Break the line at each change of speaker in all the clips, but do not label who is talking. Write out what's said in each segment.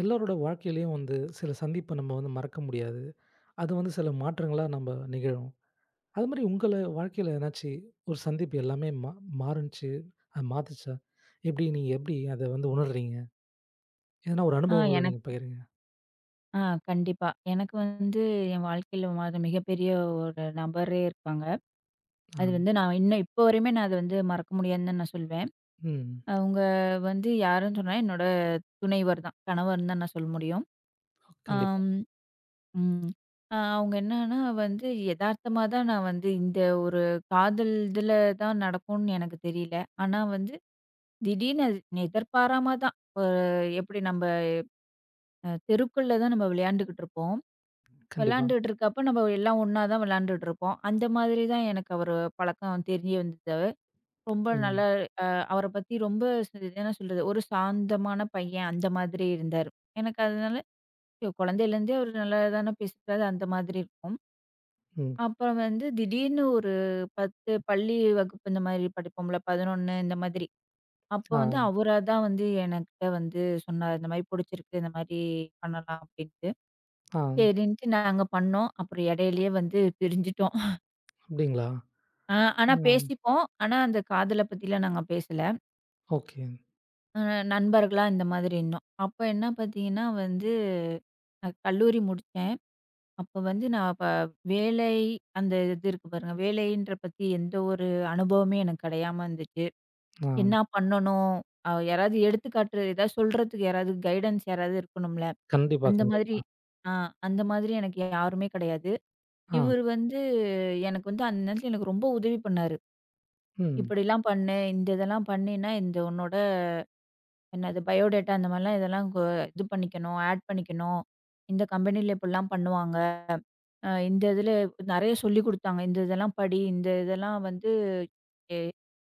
எல்லாரோட வாழ்க்கையிலயும் வந்து சில சந்திப்ப நம்ம வந்து மறக்க முடியாது. அது வந்து சில மாற்றங்களா நம்ம நிகழும். அது மாரி உங்கள வாழ்க்கையில எதனாச்சு ஒரு சந்திப்பு எல்லாமே மாறுனுச்சு, அது மாத்துச்சா? எப்படி நீங்க அத வந்து உணர்றீங்க? எதனா ஒரு
ஆ
அனுபவங்கள நீங்க
எனக்கு
பகிருங்க.
ஆ கண்டிப்பா. எனக்கு வந்து என் வாழ்க்கையில அது மிகப்பெரிய ஒரு நபரே இருக்காங்க.
ஆ.
அது வந்து நான் இன்னும் இப்போ வரையுமே நான் அத வந்து மறக்க முடியாதுன்னு தான் நான் சொல்வேன்.
ம்.
அவங்க வந்து யாருன்னு சொன்னா என்னோட துணைவர் தான். கணவர்ன்னு தான் நான் சொல்ல முடியும்.
கண்டிப்பா,
ஆம், ம். அவங்க என்னன்னா வந்து எதார்த்தமா தான் நான் வந்து இந்த ஒரு காதல் இதுல தான் நடக்கும்னு எனக்கு தெரியல. ஆனா வந்து திடீர்னு அது எதிர்பாராம தான். அ எப்படி நம்ப தெருக்குள்ள தான் நம்ம விளையாண்டுகிட்டு இருப்போம்.
கண்டிப்பா.
விளையாண்டுட்டு இருக்கப்ப நம்ம எல்லாம் ஒண்ணா தான் விளையாண்டுட்டு இருப்போம். அந்த மாதிரி தான் எனக்கு அவரு பழக்கம் தெரிய வந்தது. ரொம்ப
ம்.
நல்லா அவர பத்தி ரொம்ப என்ன சொல்றது, ஒரு சாந்தமான பையன் அந்த மாதிரி இருந்தாரு. எனக்கு அதனால ஐயோ, குழந்தையிலேருந்தே அவரு நல்லா தானே பேசுறாரு அந்த மாதிரி இருக்கும்.
ம்.
அப்புறம் வந்து திடீர்னு ஒரு 10 பள்ளி வகுப்பு இந்த மாதிரி படிப்போம்ல 11 இந்த மாதிரி. அப்போ
ஆ.
வந்து அவரா தான் வந்து எனக்கிட்ட வந்து சொன்னாரு. இந்த மாதிரி புடிச்சிருக்கு, இந்த மாதிரி பண்ணலாம் அப்படின்ட்டு.
ஆ.
சரின்ட்டு நாங்க பண்ணோம். அப்புறம் இடையிலேயே வந்து பிரிஞ்சுட்டோம்.
அப்படிங்களா?
ஆ, ஆனா
ஆ.
பேசிப்போம். ஆனா, அந்த காதல பத்திலாம் நாங்க பேசல.
ஓகே.
அ நண்பர்களா இந்த மாதிரி இருந்தோம். அப்ப என்ன பார்த்தீங்கன்னா வந்து, நான் கல்லூரி முடிச்சேன். அப்ப வந்து நான் வேலை அந்த இது இருக்கு பாருங்க. வேலைன்ற பத்தி எந்த ஒரு அனுபவமே எனக்கு கிடையாம இருந்துச்சு.
ஆ.
என்னா பண்ணணும்? யாராவது எடுத்துக்காட்டு ஏதாவது சொல்றதுக்கு யாராவது கைடன்ஸ் யாராவது இருக்கணும்ல.
கண்டிப்பா,
அந்த மாதிரி,
கண்டிப்பா.
ஆ அந்த மாதிரி எனக்கு யாருமே கிடையாது.
ஆ.
இவரு வந்து எனக்கு வந்து அந்த நேரத்துல எனக்கு ரொம்ப உதவி பண்ணாரு.
ம்.
இப்படிலாம் பண்ணு, இந்த இதெல்லாம் பண்ணினா இந்த உன்னோட என்னது பயோடேட்டா அந்த மாதிரிலாம் இதெல்லாம் இது பண்ணிக்கணும், ஆட் பண்ணிக்கணும். இந்த கம்பெனில இப்படிலாம் பண்ணுவாங்க. இந்த இதில நெறைய சொல்லிக் குடுத்தாங்க. இந்த இதெல்லாம் படி, இந்த இதெல்லாம் வந்து எ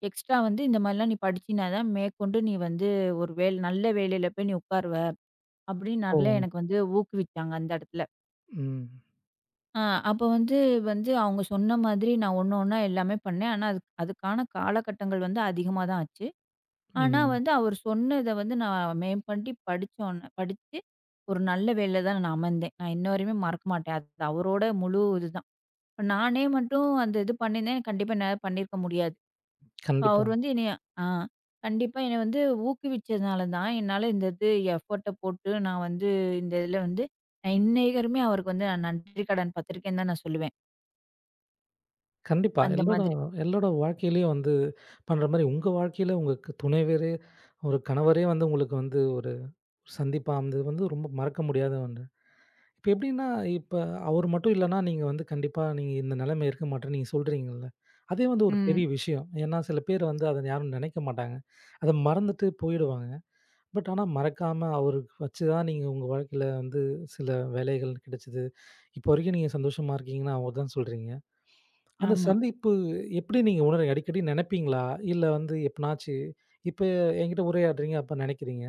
எக்ஸ்ட்ரா வந்து இந்த மாதிரிலாம் நீ படிச்சினா தான் மேற்கொண்டு நீ வந்து ஒரு நல்ல வேலையில போய் நீ உட்காருவ. அப்படின்னு
ஓ!
நிறைய எனக்கு வந்து ஊக்குவிச்சாங்க அந்த இடத்துல.
ம்.
அ அப்போ வந்து வந்து அவங்க சொன்ன மாதிரி நான் ஒண்ணு ஒண்ணா எல்லாமே பண்ணேன். ஆனா அதுக்கான காலகட்டங்கள் வந்து அதிகமா தான் ஆச்சு. ஆனா
ம்.
வந்து அவர் சொன்னத வந்து நான் மேம்பண்ணி படிச்சோன்ன படிச்சு, ஒரு நல்ல வேலையில தான் நான் அமர்ந்தேன். நான் இன்ன வரையுமே மறக்க மாட்டேன். அது அவரோட முழு இதுதான். இப்ப நானே மட்டும் அந்த இது பண்ணியிருந்தேன், கண்டிப்பா என்னால பண்ணியிருக்க முடியாது. இப்ப
கண்டிப்பா.
அவர் வந்து என்னைய ஆ கண்டிப்பா என்னைய வந்து ஊக்குவிச்சதுனால தான், என்னால இந்த இது எஃபோர்ட்ட போட்டு நான் வந்து இந்த இதில வந்து நான் இன்னைய வரையுமே அவருக்கு வந்து நான் நன்றி கடன் பட்டிருக்கேன்னு தான் நான் சொல்லுவேன்.
கண்டிப்பா.
அந்த
எல்லோட
மாதிரி.
எல்லோட வாழ்க்கையிலயும் வந்து பண்ற மாரி உங்க வாழ்க்கையில உங்க க துணைவரே, ஒரு கணவரே வந்து உங்களுக்கு வந்து ஒரு சந்திப்பா அமைந்தது வந்து ரொம்ப மறக்க முடியாத ஒன்று. இப்ப எப்படின்னா, இப்ப அவரு மட்டும் இல்லன்னா, நீங்க வந்து கண்டிப்பா நீங்க இந்த நிலைமை இருக்க மாட்டேன்னு நீங்க சொல்றீங்கல்ல. அதே வந்து ஒரு
ம்.
பெரிய விஷயம். ஏன்னா சில பேர் வந்து அத யாரும் நினைக்க மாட்டாங்க. அத மறந்துட்டு போயிடுவாங்க. பட் ஆனா மறக்காம அவருக்கு வச்சு தான் நீங்க உங்க வாழ்க்கையில வந்து சில வேலைகள் கிடைச்சது. இப்போ வரைக்கும் நீங்க சந்தோஷமா இருக்கீங்கன்னா, அவர தான் சொல்றீங்க. அந்த
ஆமா.
சந்திப்பு எப்படி நீங்க உணர்றீங்க? அடிக்கடி நெனைப்பீங்களா? இல்ல வந்து எப்பனாச்சு இப்ப என்கிட்ட உரையாடுறீங்க, அப்ப நெனைக்கிறீங்க.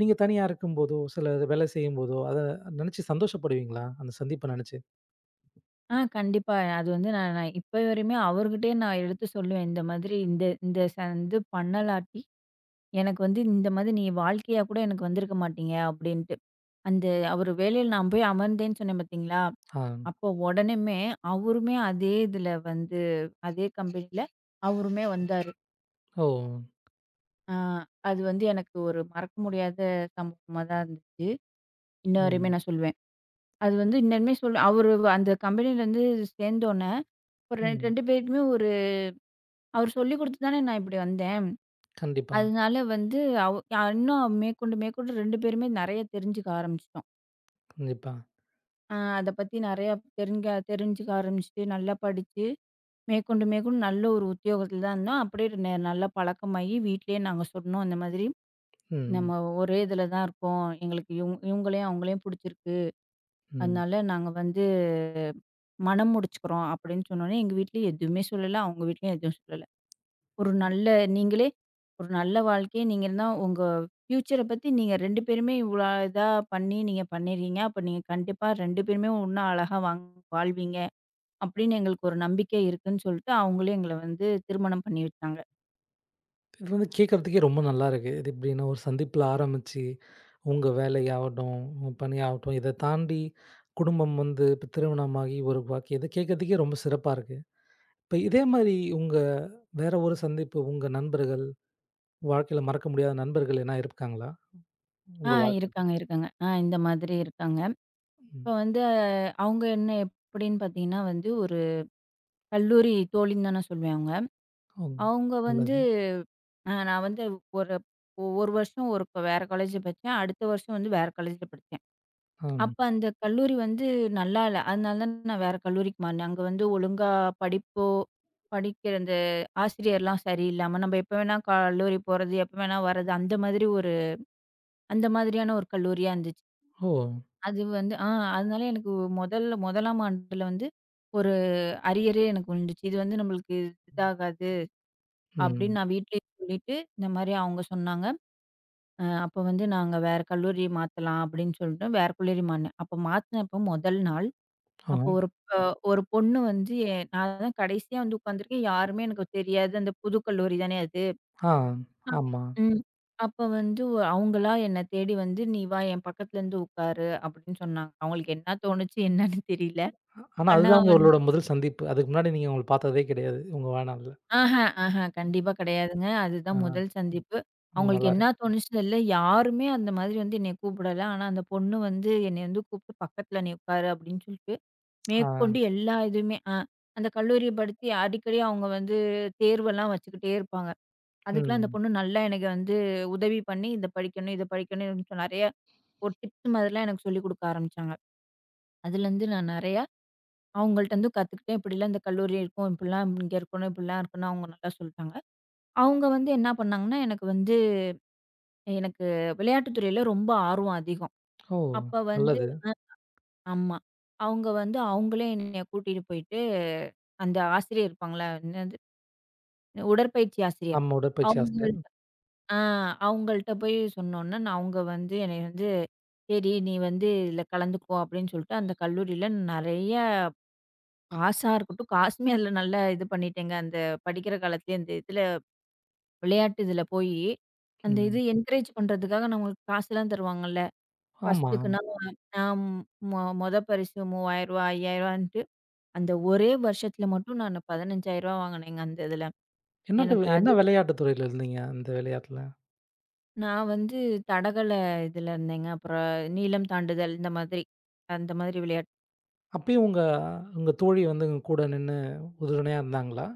நீங்க தனியா இருக்கும்போதோ, சில வேலை செய்யும்போதோ, அத நெனச்சு சந்தோஷப்படுவீங்களா? அந்த சந்திப்ப நெனச்சு?
கண்டிப்பா. அது வந்து நான் நான் இப்ப வரையுமே அவர்கிட்டயே நான் எடுத்து சொல்லுவேன். இந்த மாதிரி இந்த இந்த இது பண்ணலாட்டி, எனக்கு வந்து இந்த மாதிரி நீ வாழ்க்கையா கூட எனக்கு வந்திருக்க மாட்டீங்க அப்டின்ட்டு. அந்த அவரு வேலையில நான் போய் அமர்ந்தேன்னு சொன்னேன் பார்த்தீங்களா?
ஆ.
அப்போ உடனுமே அவருமே அதே இதுல வந்து அதே கம்பெனில அவருமே வந்தாரு.
ஓ!
ஆ அது வந்து எனக்கு ஒரு மறக்க முடியாத சம்பவமா தான் இருந்துச்சு. இன்ன வரையுமே
ம்.
நான் சொல்லுவேன். அது வந்து இன்னுமே சொல் அவரு அந்த கம்பெனிலேருந்து சேர்ந்தோனே, ஒரு
ம்.
2 பேருக்குமே ஒரு அவரு சொல்லிக் குடுத்து தானே நான் இப்படி வந்தேன்.
கண்டிப்பா,
அதனால வந்து அவ் இன்னும் மேற்கொண்டு மேற்கொண்டு 2 பேருமே நெறைய தெரிஞ்சுக்க ஆரம்பிச்சுட்டோம்.
கண்டிப்பா.
அத பத்தி நெறைய தெரிஞ்சுக்க ஆரம்பிச்சுட்டு, நல்லா படிச்சு, மேற்கொண்டு மேற்கொண்டு நல்ல ஒரு உத்தியோகத்துல தான் இருந்தோம். அப்படியே நல்லா பழக்கமாகி வீட்லயே நாங்க சொன்னோம் இந்த மாதிரி,
ம்.
"நம்ம ஒரே இதுல தான் இருக்கோம். எங்களுக்கு இவங்களையும் அவங்களையும் புடிச்சிருக்கு.
ம்.
அதனால நாங்க வந்து மனம் முடிச்சுக்கிறோம்" அப்படின்னு சொன்னோனே, எங்க வீட்ல எதுவுமே சொல்லல. அவங்க வீட்லயும் எதுவும் சொல்லல. ஒரு நல்ல நீங்களே ஒரு நல்ல வாழ்க்கைய நீங்க தான் உங்க ஃப்யூச்சர பத்தி நீங்க 2 பேருமே இவ்வளோ இதா பண்ணி நீங்க பண்ணியிருக்கீங்க. அப்ப நீங்க கண்டிப்பா 2 பேருமே இன்னும் அழகா வாழ்வீங்க அப்படின்னு எங்களுக்கு ஒரு நம்பிக்கை இருக்குன்னு சொல்லிட்டு, அவங்களே எங்கள வந்து திருமணம் பண்ணி வச்சாங்க.
இது வந்து கேட்கறதுக்கே ரொம்ப நல்லா இருக்கு. இது எப்படின்னா, ஒரு சந்திப்புல ஆரம்பிச்சு, உங்க வேலையாகட்டும், உங்க பணியாகட்டும், இத தாண்டி குடும்பம் வந்து இப்ப திருமணமாகி ஒரு வாக்கி இத கேட்கறதுக்கே ரொம்ப சிறப்பா இருக்கு. இப்ப இதே மாரி உங்க வேற ஒரு சந்திப்பு, உங்க நண்பர்கள், வாழ்க்கையில மறக்க முடியாத நண்பர்கள் என்னா இருக்காங்களா?
ஆ
உங்க வாழ்க்கையில?
இருக்காங்க, இருக்காங்க. இந்த மாதிரி இருக்காங்க. இப்ப
ம்.
வந்து அவங்க என்ன எப்படின்னு பார்த்தீங்கன்னா வந்து, ஒரு கல்லூரி தோழின்னு தான் நான் சொல்லுவேன் அவங்க.
ஓங்க.
அவங்க வந்து
நல்லது.
நான் வந்து ஒரு 1 வருஷம் ஒரு வேற காலேஜ்ல படிச்சேன். அடுத்த வருஷம் வந்து வேற காலேஜ்ல படிச்சேன்.
ஆம்.
அப்ப அந்த கல்லூரி வந்து நல்லா இல்ல. அதனால தான் நான் வேற கல்லூரிக்கு மாறினேன். அங்க வந்து ஒழுங்கா படிப்போ, படிக்கிற அந்த ஆசிரியர்லாம் சரியில்லாம, நம்ம எப்ப வேணா கல்லூரி போறது, எப்ப வேணா வர்றது, அந்த மாதிரி ஒரு அந்த மாதிரியான ஒரு கல்லூரியா இருந்துச்சு.
ஓ!
அது வந்து அதனால எனக்கு முதல்ல 1ஆம் ஆண்டுல வந்து ஒரு அரியரே எனக்கு விழுந்துச்சு. இது வந்து நம்மளுக்கு இதாகாது அப்படின்னு
ம்.
நான் வீட்லயே சொல்லிட்டு, இந்த மாரி அவங்க சொன்னாங்க. அப்ப வந்து நாங்க வேற கல்லூரி மாத்தலாம் அப்படின்னு சொல்லிட்டு வேற கல்லூரி மாறினேன். அப்ப மாத்துனப்போ முதல் நாள் அப்போ
ஆம்.
ஒரு அ ஒரு பொண்ணு வந்து நான் தான் கடைசியா வந்து உட்காந்துருக்கேன். யாருமே எனக்கு தெரியாது. அந்த புது கல்லூரி தானே அது.
ஆ.
ஆ.
ஆமா.
ம். அப்ப வந்து அவங்களா என்ன தேடி வந்து, "நீ வா என் பக்கத்துல இருந்து உட்காரு" அப்படின்னு சொன்னாங்க. அவங்களுக்கு என்ன தோணுச்சு என்னன்னு தெரியல.
ஆனா
ஆனா
அதுதான்
வந்து
உங்களோட முதல் சந்திப்பு. அதுக்கு முன்னாடி நீங்க அவங்கள பார்த்ததே கிடையாது, உங்க வாழ்நாள்ல.
ஆஹா, ஆஹா கண்டிப்பா கிடையாதுங்க. அதுதான்
ஆ.
முதல் சந்திப்பு.
ரொம்ப
அவங்களுக்கு
நல்லா
என்ன
இருக்கு.
தோணுச்சு தெரியல. யாருமே அந்த மாதிரி வந்து என்னைய கூப்பிடல. ஆனா அந்த பொண்ணு வந்து என்னைய வந்து கூப்பிட்டு பக்கத்துல "நீ உட்காரு" அப்படின்னு சொல்லிட்டு
ஆ.
மேற்கொண்டு எல்லா இதுவுமே அந்த கல்லூரிய படுத்தி அடிக்கடி அவங்க வந்து தேர்வெல்லாம் வச்சுக்கிட்டே இருப்பாங்க. அதுக்கெல்லாம் அந்த
ம்.
பொண்ணு நல்லா எனக்கு வந்து உதவி பண்ணி, இத படிக்கணும், இத படிக்கணும்னு நெறைய ஒரு டிப்ஸ் மாதிரிலாம் எனக்கு சொல்லிக் குடுக்க ஆரம்பிச்சாங்க. அதுலேருந்து நான் நெறையா அவங்கள்ட்ட இருந்து கத்துக்கிட்டேன். இப்படிலாம் இந்த கல்லூரி இருக்கும், இப்படிலாம் இங்க இருக்கணும், இப்படிலாம் இருக்குன்னு அவங்க நல்லா சொல்ட்டாங்க. அவங்க வந்து என்ன பண்ணாங்கன்னா, எனக்கு வந்து எனக்கு விளையாட்டுத் துறையில ரொம்ப ஆர்வம் அதிகம்.
ஓ!
அப்ப வந்து
நல்லது.
அ ஆமா. அவங்க வந்து அவங்களே என்னைய கூட்டிட்டு போயிட்டு, அந்த ஆசிரியர் இருப்பாங்கல்ல, என்னது உடற்பயிற்சி ஆசிரியர்.
ஆமா,
ம்.
உடற்பயிற்சி ஆசிரியர்.
அவங்கள்ட்ட ஆ அவங்கள்ட்ட போய் சொன்னோன்ன, நான் அவங்க வந்து என்னைய வந்து, "சரி நீ வந்து இதில கலந்துக்கோ" அப்படின்னு சொல்லிட்டு, அந்த கல்லூரியில நெறைய பாஸா இருக்கட்டும், காசுமே அதில நல்லா இது பண்ணிட்டேங்க. அந்த படிக்கிற காலத்திலேயே அந்த இதில விளையாட்டு இதில போயி, அந்த இது
ம்.
என்கரேஜ் பண்றதுக்காக நம்மளுக்கு காசுலாம் தருவாங்கல்ல.
ஆமா.
ஃபர்ஸ்ட்டுக்குன்னா நான் மொத பரிசு ரூ. 3,000, ரூ. 5000ன்ட்டு அந்த ஒரே வருஷத்தில மட்டும் நான் ரூ. 15,000 வாங்கினேங்க அந்த இதில.
என்னட்டு
எனக்கு அது
என்ன விளையாட்டு துறையில இருந்தீங்க, அந்த விளையாட்டுல?
நான் வந்து தடகள இதுல இருந்தேங்க. அப்புறம் நீளம் தாண்டுதல் இந்த மாதிரி. அந்த மாதிரி விளையாட்டு.
அப்பயும் உங்க உங்க தோழி வந்து உங்க கூட நின்னு உறுதுணையா இருந்தாங்களா?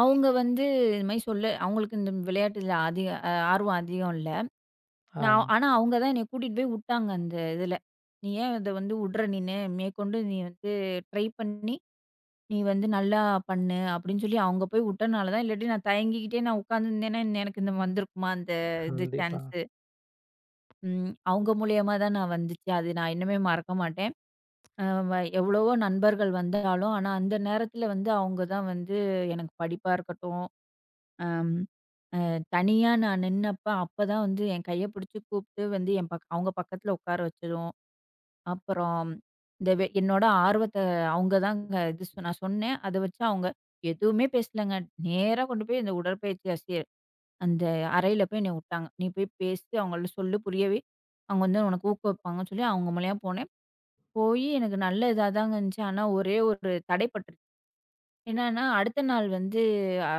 அவங்க வந்து இது மாரி சொல்ல அவங்களுக்கு இந்த விளையாட்டுல அதிக அ ஆர்வம் அதிகம் இல்ல.
ஆ,
நான் ஆனா அவங்க தான் என்னைய கூட்டிட்டு போய் உட்டாங்க அந்த இதுல. "நீ ஏன் இத வந்து உட்ற நீனு? மேற்கொண்டு நீ வந்து ட்ரை பண்ணி, நீ வந்து நல்லா பண்ணு" அப்படின்னு சொல்லி அவங்க போய் உட்டனால தான். இல்லாட்டி நான் தயங்கிக்கிட்டே நான் உட்காந்துருந்தேன்னா, எனக்கு இந்த வந்திருக்குமா அந்த இது
கண்டிப்பா.
சான்ஸு? ம். அவங்க மூலியமா தான் நான் வந்துச்சு. அது நான் இன்னுமே மறக்க மாட்டேன். அ வ எவ்வளவோ நண்பர்கள் வந்தாலும், ஆனா அந்த நேரத்துல வந்து அவங்க தான் வந்து எனக்கு படிப்பா இருக்கட்டும், அம் அ தனியா நான் நின்னப்ப, அப்பதான் வந்து என் கைய பிடிச்சு கூப்ட்டு வந்து என் பக் அவங்க பக்கத்துல உட்கார வச்சதும், அப்புறம் இந்த என்னோட ஆர்வத்த அவங்க தான் இது நான் சொன்னேன். அத வச்சு அவங்க எதுவுமே பேசலங்க. நேரா கொண்டு போய் இந்த உடற்பயிற்சி ஆசிரியர் அந்த அறையில போய் என்னைய உட்டாங்க. "நீ போய் பேசி அவங்கள்ட்ட சொல்லு புரியவை. அவங்க வந்து உனக்கு ஊக்குவிப்பாங்கன்னு" சொல்லி அவங்க மூலியமா போனேன். போயி எனக்கு நல்ல இதா தாங்க இருந்துச்சு. ஆனா ஒரே ஒரு தடைப்பட்டுருச்சு. என்னன்னா, அடுத்த நாள் வந்து அ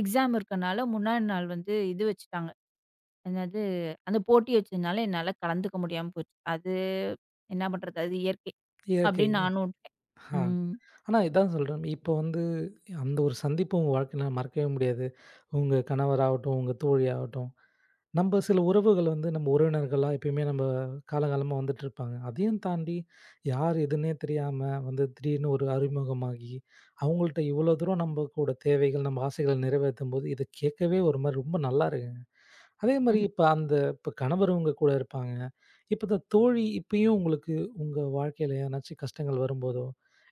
எக்ஸாம் இருக்கனால முன்னாடி நாள் வந்து இது வச்சுட்டாங்க. என்னது அந்த போட்டி வச்சதுனால என்னால கலந்துக்க முடியாம போச்சு. அது என்ன பண்றது? அது இயற்கை
இயற்கை.
அப்படின்னு நானும் உட்டேன்.
ஆ.
ம்.
ஆனா இதான் சொல்றேன். இப்போ வந்து அந்த ஒரு சந்திப்பு உங்க வாழ்க்கையில மறக்கவே முடியாது. உங்க கணவராகட்டும், உங்க தோழியாகட்டும். நம்ப சில உறவுகள் வந்து நம்ம உறவினர்களா எப்பயுமே நம்ம காலங்காலமா வந்துட்டு இருப்பாங்க. அதையும் தாண்டி யார் எதுன்னே தெரியாம வந்து திடீர்னு ஒரு அறிமுகமாகி, அவங்கள்ட்ட இவ்வளோ தூரம் நம்ம கூட தேவைகள், நம்ம ஆசைகள நிறைவேத்தும்போது, இத கேட்கவே ஒரு மாரி ரொம்ப நல்லா இருக்குங்க. அதே மாரி
ம்ஹ்ம்.
இப்ப அந்த இப்ப கணவர் உங்க கூட இருப்பாங்க. இப்ப இந்த தோழி இப்பயும் உங்களுக்கு உங்க வாழ்க்கையில எதனாச்சும் கஷ்டங்கள் வரும்போதோ,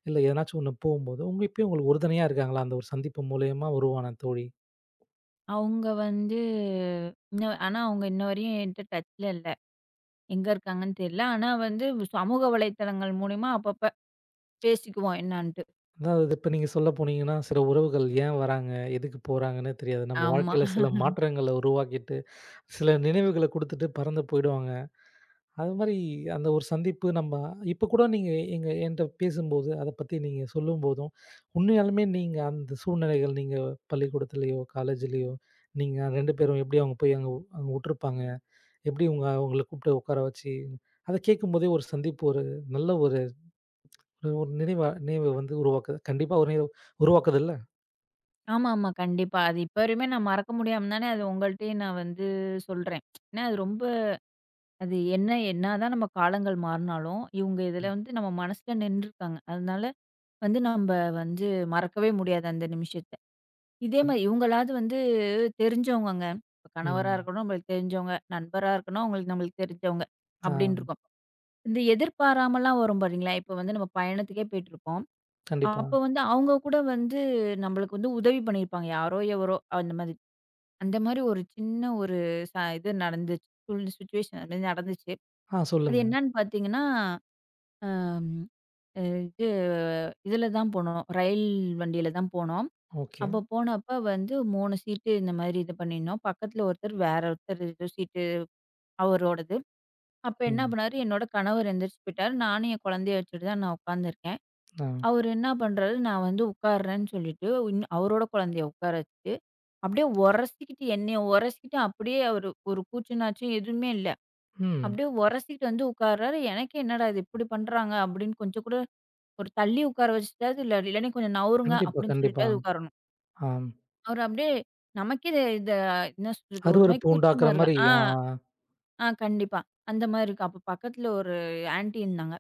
இல்ல எதனாச்சும் ஒண்ணு போம்போதோ, உங்க இப்பயும் உங்களுக்கு உறுதுணையா இருக்காங்களா? அந்த ஒரு சந்திப்பு மூலியமா உருவான தோழி.
அவங்க வந்து இன்ன ஆனா அவங்க இன்ன வரையும் என்ட்ட டச்ல இல்ல. எங்க இருக்காங்கன்னு தெரியல. ஆனா வந்து சமூக வலைத்தளங்கள் மூலியமா அப்பப்ப பேசிக்குவோம் என்னான்ட்டு.
அதாவது இப்ப நீங்க சொல்ல போனீங்கன்னா, சில உறவுகள் ஏன் வராங்க? எதுக்கு போறாங்கன்னே தெரியாது. நம்ம
ஆமா.
வாழ்க்கையில சில மாற்றங்கள உருவாக்கிட்டு, சில நினைவுகள குடுத்துட்டு பறந்து போயிடுவாங்க. அது மாரி அந்த ஒரு சந்திப்பு நம்ம இப்ப கூட நீங்க எங்க என்ட்ட பேசும்போது, அத பத்தி நீங்க சொல்லும்போதும், உண்மையாலுமே நீங்க அந்த சூழ்நிலைகள் நீங்க பள்ளிக்கூடத்திலயோ, காலேஜ்லயோ நீங்க 2 பேரும் எப்படி அவங்க போய் அங்க அங்க உட்டுருப்பாங்க. எப்படி உங்க அவங்கள கூப்பிட்டு உட்கார வச்சு, அத கேட்கும்போதே ஒரு சந்திப்பு ஒரு நல்ல ஒரு ஒரு நினைவா நினைவு வந்து உருவாக்குது. கண்டிப்பா ஒரு நினைவு உருவாக்குதுல்ல?
ஆமாமா. கண்டிப்பா. அது இப்ப வரையுமே நான் மறக்க முடியாம தானே அது உங்கள்ட்டயே நான் வந்து சொல்றேன். ஏன்னா அது ரொம்ப அது என்ன என்னதான் நம்ம காலங்கள் மாறுனாலும், இவங்க இதுல
ம்.
வந்து நம்ம மனசுல நின்றுருக்காங்க. அதனால வந்து நம்ப வந்து மறக்கவே முடியாது அந்த நிமிஷத்த. இதே
அத்
மாரி இவங்களாவது வந்து தெரிஞ்சவங்கங்க. இப்ப கணவரா
ம்.
இருக்கணும் நம்மளுக்கு தெரிஞ்சவங்க, நண்பரா இருக்கணும் அவங்களுக்கு நம்மளுக்கு தெரிஞ்சவங்க
ஆ
அப்படின்னு இருக்கும். இந்த எதிர்பாராமலாம் வரும் பாருங்களா, இப்ப வந்து நம்ம பயணத்துக்கே போயிட்டுருப்போம்.
கண்டிப்பா.
அப்போ வந்து அவங்க கூட வந்து நம்மளுக்கு வந்து உதவி பண்ணியிருப்பாங்க. யாரோ எவரோ அந்த மாதிரி. அந்த மாரி ஒரு சின்ன ஒரு இது நடந்துச்சு. சிச்சுவேஷன் அது நடந்துச்சு.
ஆ
அது
சொல்லுங்க.
என்னான்னு பார்த்தீங்கன்னா, அம் அ இது இதுல தான் போனோம். ரயில் வண்டியில தான் போனோம்.
ஓகே.
அப்போ போனப்ப வந்து 3 சீட்டு இந்த மாரி இது பண்ணியிருந்தோம். பக்கத்துல ஒருத்தர் வேற ஒருத்தர் இது சீட்டு அவரோடது. அப்ப என்ன
ம்.
பண்ணாரு, என்னோட கணவர் எந்திரிச்சு போயிட்டாரு. நானும் என் குழந்தைய வச்சுட்டு தான் நான் உட்காந்துருக்கேன்.
ஆ.
அவரு என்ன பண்றாரு, நான் வந்து உட்கார்றேன்னு சொல்லிட்டு, அவரோட குழந்தைய உட்கார வச்சுட்டு, அப்படியே உரசிக்கிட்டு என்னைய உரசிக்கிட்டு அப்படியே அவரு ஒரு கூச்சுநாச்சும் எதுவுமே இல்ல.
ம்.
அப்படியே உரசிக்கிட்டு வந்து உட்கார்றாரு. எனக்கே என்னடா இது இப்படி பண்றாங்க அப்படின்னு கொஞ்சம் கூட ஒரு தள்ளி உட்கார வச்சுட்டாவது இல்ல, இல்லாட்டி கொஞ்சம் நவுருங்க
கண்டிப்பா,
அப்படின்னு
கண்டிப்பா.
சொல்லிட்டாவது உட்காரணும்.
ஆ.
அவரு அப்படியே நமக்கே இது இத என்ன சொல்றது ஒரு மாரி
அருவருப்பு
கூச்சமா
உண்டாக்குற
இருக்கு.
மாரி.
ஆ,
ஆ.
ஆ கண்டிப்பா. அந்த மாரி இருக்கு. அப்ப பக்கத்துல ஒரு ஆன்டி இருந்தாங்க.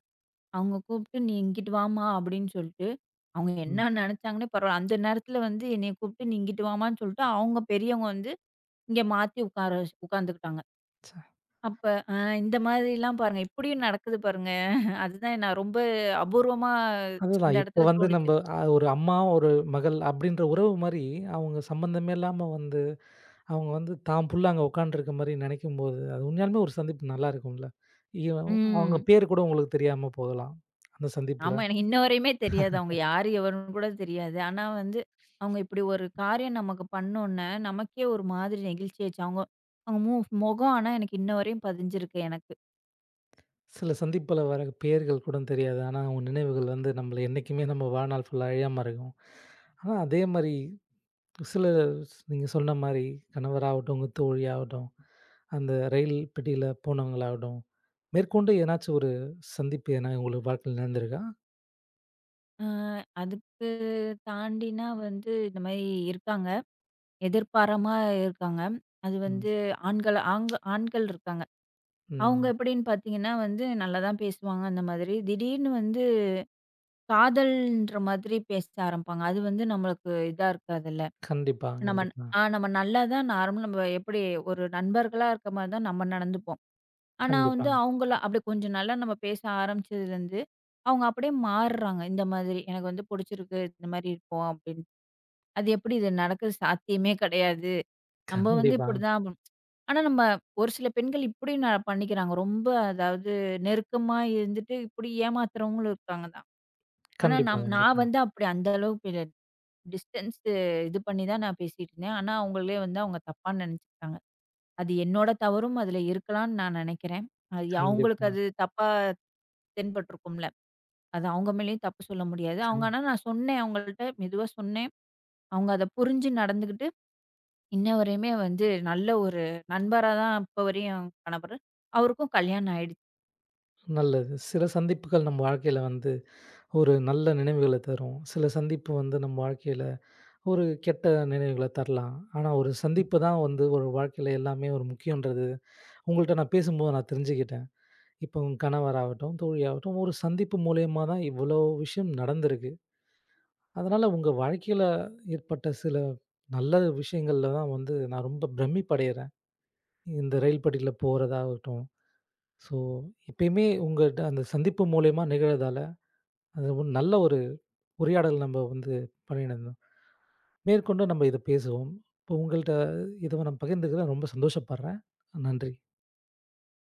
அவங்க கூப்பிட்டு, "நீ இங்கிட்டு வாம்மா" அப்படின்னு சொல்லிட்டு, அவங்க
ம்.
என்ன நினைச்சாங்கன்னே பரவால்ல. அந்த நேரத்தில வந்து என்னைய கூப்பிட்டு, "நீ இங்கிட்டு வாம்மான்னு" சொல்லிட்டு, அவங்க பெரியவங்க வந்து இங்க மாத்தி உட்கார வச் உட்காந்துக்கிட்டாங்க.
ச.
அப்ப அ இந்த மாதிரிலாம் பாருங்க, இப்படியும் நடக்குது பாருங்க. அதுதான் நான் ரொம்ப அபூர்வமா
அதுதான்.
அந்த
இப்ப
இடத்துல
வந்து
தோணுச்சு.
நம்ப ஒரு அம்மா, ஒரு மகள் அப்டின்ற உறவு மாரி, அவங்க சம்மந்தமே இல்லாம வந்து, அவங்க வந்து தான் புள்ள அங்க உட்காந்துருக்க மாரி நெனைக்கும்போது, அது உண்மையாலுமே ஒரு சந்திப்பு நல்லா இருக்கும்ல. இவ அவங்க
ம்.
பேரு கூட உங்களுக்கு தெரியாம போகலாம். அந்த சந்திப்புல.
ஆமா. எனக்கு இன்ன வரையுமே தெரியாது. அவங்க யாரு, எவருன்னு கூட தெரியாது. ஆனா வந்து, அவங்க இப்படி ஒரு காரியம் நமக்கு பண்ணோன்ன, நமக்கே ஒரு மாதிரி நெகிழ்ச்சியாச்சு. அவங்க அவங்க முகம் ஆனா எனக்கு இன்ன வரையும் பதிஞ்சிருக்கு எனக்கு.
சில சந்திப்புல வர பேர்கள் கூட தெரியாது. ஆனா, அவங்க நினைவுகள் வந்து நம்மள என்னைக்குமே நம்ம வாழ்நாள் ஃபுல்லா அழியாம இருக்கும். ஆனா, அதே மாரி சில நீங்க சொன்ன மாரி கணவராகட்டும், உங்க தோழியாகட்டும், அந்த ரயில் பெட்டியில போனவங்களாகட்டும், மேற்கொண்டு ஏதனாச்சும் ஒரு சந்திப்பு எதனா உங்களுக்கு வாழ்க்கையில நடந்திருக்கா?
அ அதுக்கு தாண்டினா வந்து இந்த மாரி இருக்காங்க. எதிர்பாராம இருக்காங்க. அது
ம்,
வந்து ஆண்கள் இருக்காங்க. அவங்க
ம்.
எப்படின்னு பார்த்தீங்கன்னா வந்து நல்லா தான் பேசுவாங்க அந்த மாதிரி. திடீர்னு வந்து காதல்ன்ற மாதிரி பேச ஆரம்பிப்பாங்க. அது வந்து நம்மளுக்கு இதா இருக்காதுல்ல.
கண்டிப்பா,
நம்ம
கண்டிப்பா,
நம்ம நல்லா தான் நார்மல் நம்ம எப்படி ஒரு நண்பர்களா இருக்க மாரி தான் நம்ம நடந்துப்போம். ஆனா
கண்டிப்பா,
வந்து அவங்கள அப்படி கொஞ்சம் நல்லா நம்ம பேச ஆரம்பிச்சதுலேருந்து, அவங்க அப்படியே மாறுறாங்க. இந்த மாதிரி எனக்கு வந்து புடிச்சிருக்கு. இந்த மாரி இருப்போம் அப்படின்னு. அது எப்படி இது நடக்குது சாத்தியமே கிடையாது. நம்ம வந்து
கண்டிப்பா,
இப்படிதான் ஆகணும். ஆனா நம்ம ஒரு சில பெண்கள் இப்படியும் நான் பண்ணிக்கிறாங்க. ரொம்ப அதாவது நெருக்கமா இருந்துட்டு இப்படி ஏமாத்துறவங்களும் இருக்காங்க தான். ஆனா
கண்டிப்பா,
நான்
கண்டிப்பா,
வந்து அப்படி அந்த அளவுக்கு இல்ல. டிஸ்டன்ஸ் இது பண்ணி தான் நான் பேசிட்டு இருந்தேன். ஆனா அவங்களே வந்து அவங்க தப்பா நினைச்சுக்கிட்டாங்க. அது என்னோட தவறும் அதுல இருக்கலாம்ன்னு நான் நினைக்கிறேன். அது அவங்களுக்கு
கண்டிப்பா.
அது தப்பா தென்பட்டுருக்கும்ல. அது அவங்க மேலேயும் தப்பு சொல்ல முடியாது. அவங்க
கண்
ஆனா நான் சொன்னேன் அவங்கள்ட்ட மெதுவா சொன்னேன். அவங்க அத புரிஞ்சு நடந்துகிட்டாங்க. இன்ன வரையுமே வந்து நல்ல ஒரு நண்பரா தான் இப்ப வரையும் காணப்படுறேன். அவருக்கும் கல்யாணம் ஆயிடுச்சு.
நல்லது. சில சந்திப்புகள் நம்ம வாழ்க்கையில வந்து ஒரு நல்ல நினைவுகள தரும். சில சந்திப்பு வந்து நம்ம வாழ்க்கையில ஒரு கெட்ட நினைவுகள தரலாம். ஆனா, ஒரு சந்திப்பு தான் வந்து ஒரு வாழ்க்கையில எல்லாமே ஒரு முக்கியன்றது உங்கள்ட்ட நான் பேசும்போது நான் தெரிஞ்சுக்கிட்டேன். இப்போ உங்க கணவராகட்டும், தோழியாகட்டும், ஒரு சந்திப்பு மூலியமா தான் இவ்வளோ விஷயம் நடந்திருக்கு. அதனால உங்க வாழ்க்கையில ஏற்பட்ட சில நல்ல விஷயங்கள்ல தான் வந்து நான் ரொம்ப பிரமிப்படையறேன். இந்த ரயில் பெட்டியில போறதாகட்டும். ஸோ, எப்பயுமே உங்கட்ட அந்த சந்திப்பு மூலியமா நிகழ்றதால, அது ஒரு நல்ல ஒரு உரையாடல் நம்ம வந்து பண்ணியிருந்தோம். மேற்கொண்டு நம்ம இத பேசுவோம். இப்போ உங்கள்ட்ட இத நான் பகிர்ந்துக்கிறேன் ரொம்ப சந்தோஷப்படுறேன். நன்றி.